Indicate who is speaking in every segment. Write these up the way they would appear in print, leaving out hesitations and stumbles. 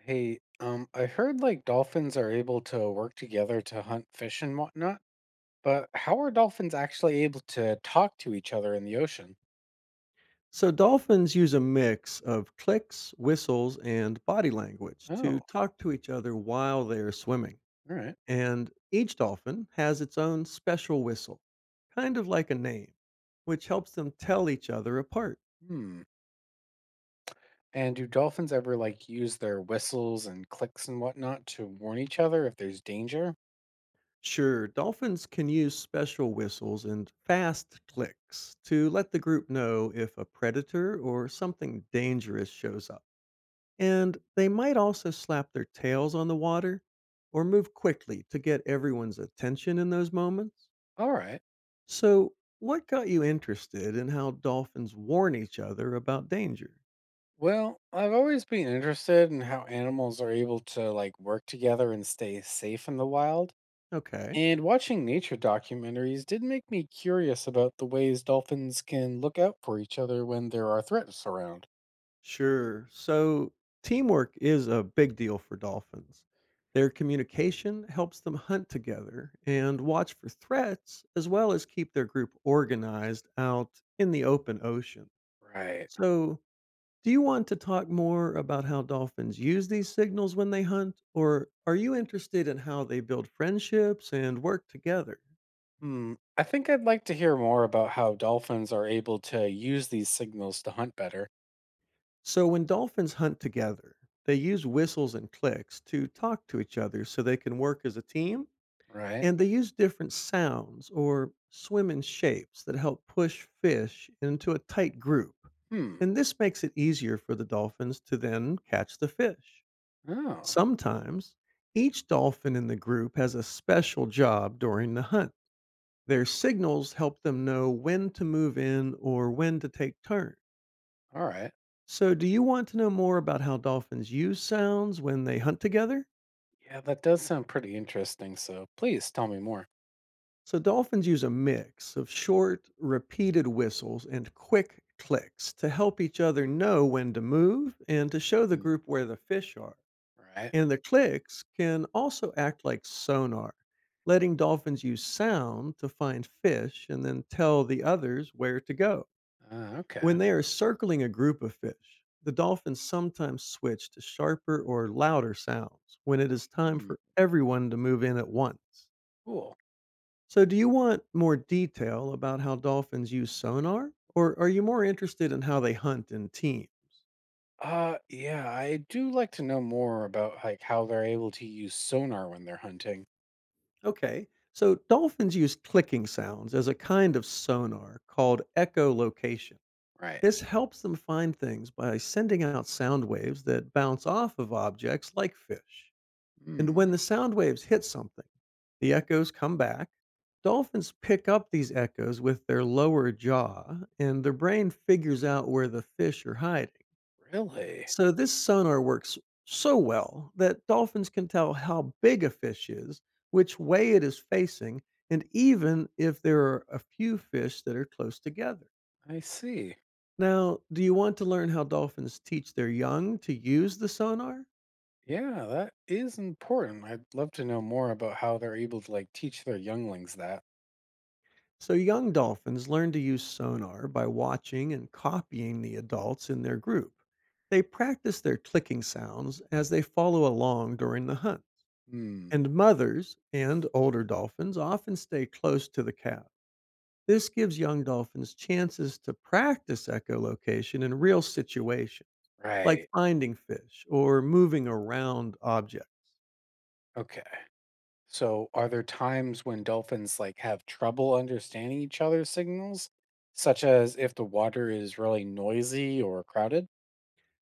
Speaker 1: Hey, I heard like dolphins are able to work together to hunt fish and whatnot, but how are dolphins actually able to talk to each other in the ocean?
Speaker 2: So, dolphins use a mix of clicks, whistles, and body language
Speaker 1: Oh,
Speaker 2: to talk to each other while they're swimming.
Speaker 1: all right.
Speaker 2: And each dolphin has its own special whistle, kind of like a name, which helps them tell each other apart.
Speaker 1: Hmm. And do dolphins ever like use their whistles and clicks and whatnot to warn each other if there's danger?
Speaker 2: Sure, dolphins can use special whistles and fast clicks to let the group know if a predator or something dangerous shows up. And
Speaker 1: Mm.
Speaker 2: they might also slap their tails on the water or move quickly to get everyone's attention in those moments.
Speaker 1: All right.
Speaker 2: So, what got you interested in how dolphins warn each other about danger?
Speaker 1: Well, I've always been interested in how animals are able to like work together and stay safe in the wild.
Speaker 2: Okay,
Speaker 1: And watching nature documentaries did make me curious about the ways dolphins can look out for each other when there are threats around.
Speaker 2: sure. So, teamwork is a big deal for dolphins. Their communication helps them hunt together and watch for threats, as well as keep their group organized out in the open ocean.
Speaker 1: Right.
Speaker 2: So, do you want to talk more about how dolphins use these signals when they hunt, or are you interested in how they build friendships and work together?
Speaker 1: Hmm, I think I'd like to hear more about how dolphins are able to use these signals to hunt better.
Speaker 2: So, when dolphins hunt together, they use whistles and clicks to talk to each other so they can work as a team,
Speaker 1: Right.
Speaker 2: and they use different sounds or swim in shapes that help push fish into a tight group.
Speaker 1: Hmm.
Speaker 2: And this makes it easier for the dolphins to then catch the fish.
Speaker 1: Oh,
Speaker 2: Sometimes, each dolphin in the group has a special job during the hunt. Their signals help them know when to move in or when to take turns.
Speaker 1: all right.
Speaker 2: So, do you want to know more about how dolphins use sounds when they hunt together?
Speaker 1: Yeah, that does sound pretty interesting. So please tell me more.
Speaker 2: So, dolphins use a mix of short, repeated whistles and quick clicks to help each other know when to move and to show the
Speaker 1: Mhm.
Speaker 2: group where the fish are.
Speaker 1: Right.
Speaker 2: And the clicks can also act like sonar, letting dolphins use sound to find fish and then tell the others where to go.
Speaker 1: Okay.
Speaker 2: When they are circling a group of fish, the dolphins sometimes switch to sharper or louder sounds when it is time
Speaker 1: Hmm,
Speaker 2: for everyone to move in at once.
Speaker 1: cool.
Speaker 2: So, do you want more detail about how dolphins use sonar, or are you more interested in how they hunt in teams?
Speaker 1: Yeah, I do like to know more about like how they're able to use sonar when they're hunting.
Speaker 2: Okay. So dolphins use clicking sounds as a kind of sonar called echolocation.
Speaker 1: Right.
Speaker 2: This helps them find things by sending out sound waves that bounce off of objects like fish. And when
Speaker 1: Hmm.
Speaker 2: the sound waves hit something, the echoes come back. Dolphins pick up these echoes with their lower jaw, and their brain figures out where the fish are hiding.
Speaker 1: Really?
Speaker 2: So this sonar works so well that dolphins can tell how big a fish is, which way it is facing, and even if there are a few fish that are close together.
Speaker 1: I see.
Speaker 2: Now, do you want to learn how dolphins teach their young to use the sonar?
Speaker 1: Yeah, that is important. I'd love to know more about how they're able to like teach their younglings that.
Speaker 2: So, young dolphins learn to use sonar by watching and copying the adults in their group. They practice their clicking sounds as they follow along during the hunt.
Speaker 1: Hmm.
Speaker 2: And mothers and older dolphins often stay close to the calves. This gives young dolphins chances to practice echolocation in real situations, like
Speaker 1: Right.
Speaker 2: finding fish or moving around objects.
Speaker 1: Okay. So are there times when dolphins like have trouble understanding each other's signals, such as if the water is really noisy or crowded?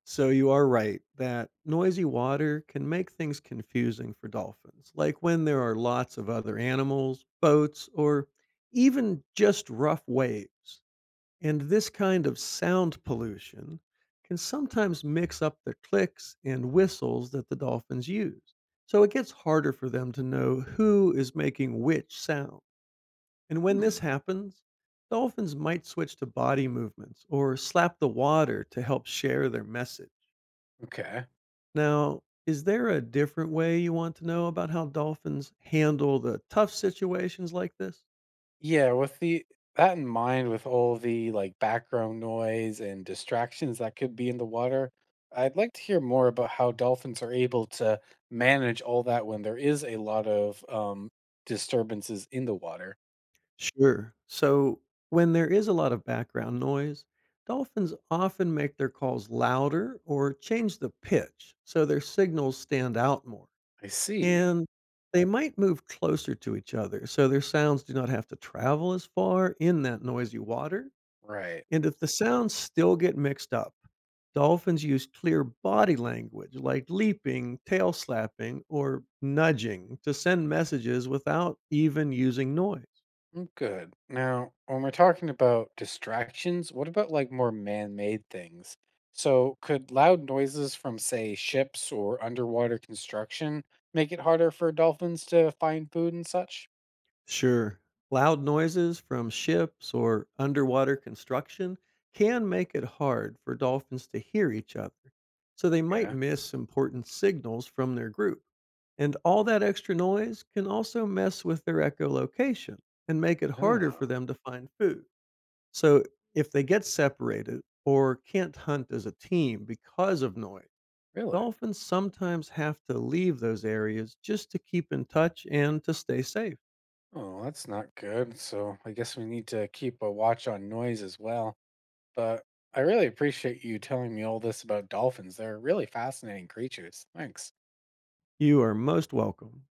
Speaker 2: So you are right that noisy water can make things confusing for dolphins, like when there are lots of other animals, boats, or even just rough waves. And this kind of sound pollution can sometimes mix up the clicks and whistles that the dolphins use. So it gets harder for them to know who is making which sound. And when this
Speaker 1: Hmm.
Speaker 2: happens, dolphins might switch to body movements or slap the water to help share their message.
Speaker 1: Okay.
Speaker 2: Now, is there a different way you want to know about how dolphins handle the tough situations like this?
Speaker 1: Yeah, with the that in mind, with all the like background noise and distractions that could be in the water, I'd like to hear more about how dolphins are able to manage all that when there is a lot of disturbances in the water.
Speaker 2: Sure. So, when there is a lot of background noise, dolphins often make their calls louder or change the pitch so their signals stand out more.
Speaker 1: I see.
Speaker 2: And they might move closer to each other so their sounds do not have to travel as far in that noisy water.
Speaker 1: Right.
Speaker 2: And if the sounds still get mixed up, dolphins use clear body language like leaping, tail slapping, or nudging to send messages without even using noise.
Speaker 1: Mm, good. Now, when we're talking about distractions, what about like more man made things? So, could loud noises from, say, ships or underwater construction make it harder for dolphins to find food and such?
Speaker 2: Sure. Loud noises from ships or underwater construction can make it hard for dolphins to hear each other, so they might
Speaker 1: Yeah.
Speaker 2: miss important signals from their group. And all that extra noise can also mess with their echolocation and make it harder for
Speaker 1: Oh,
Speaker 2: them to find food. So if they get separated or can't hunt as a team because of noise,
Speaker 1: really?
Speaker 2: dolphins sometimes have to leave those areas just to keep in touch and to stay safe.
Speaker 1: Oh, that's not good. So, I guess we need to keep a watch on noise as well. But I really appreciate you telling me all this about dolphins. They're really fascinating creatures. Thanks.
Speaker 2: You are most welcome.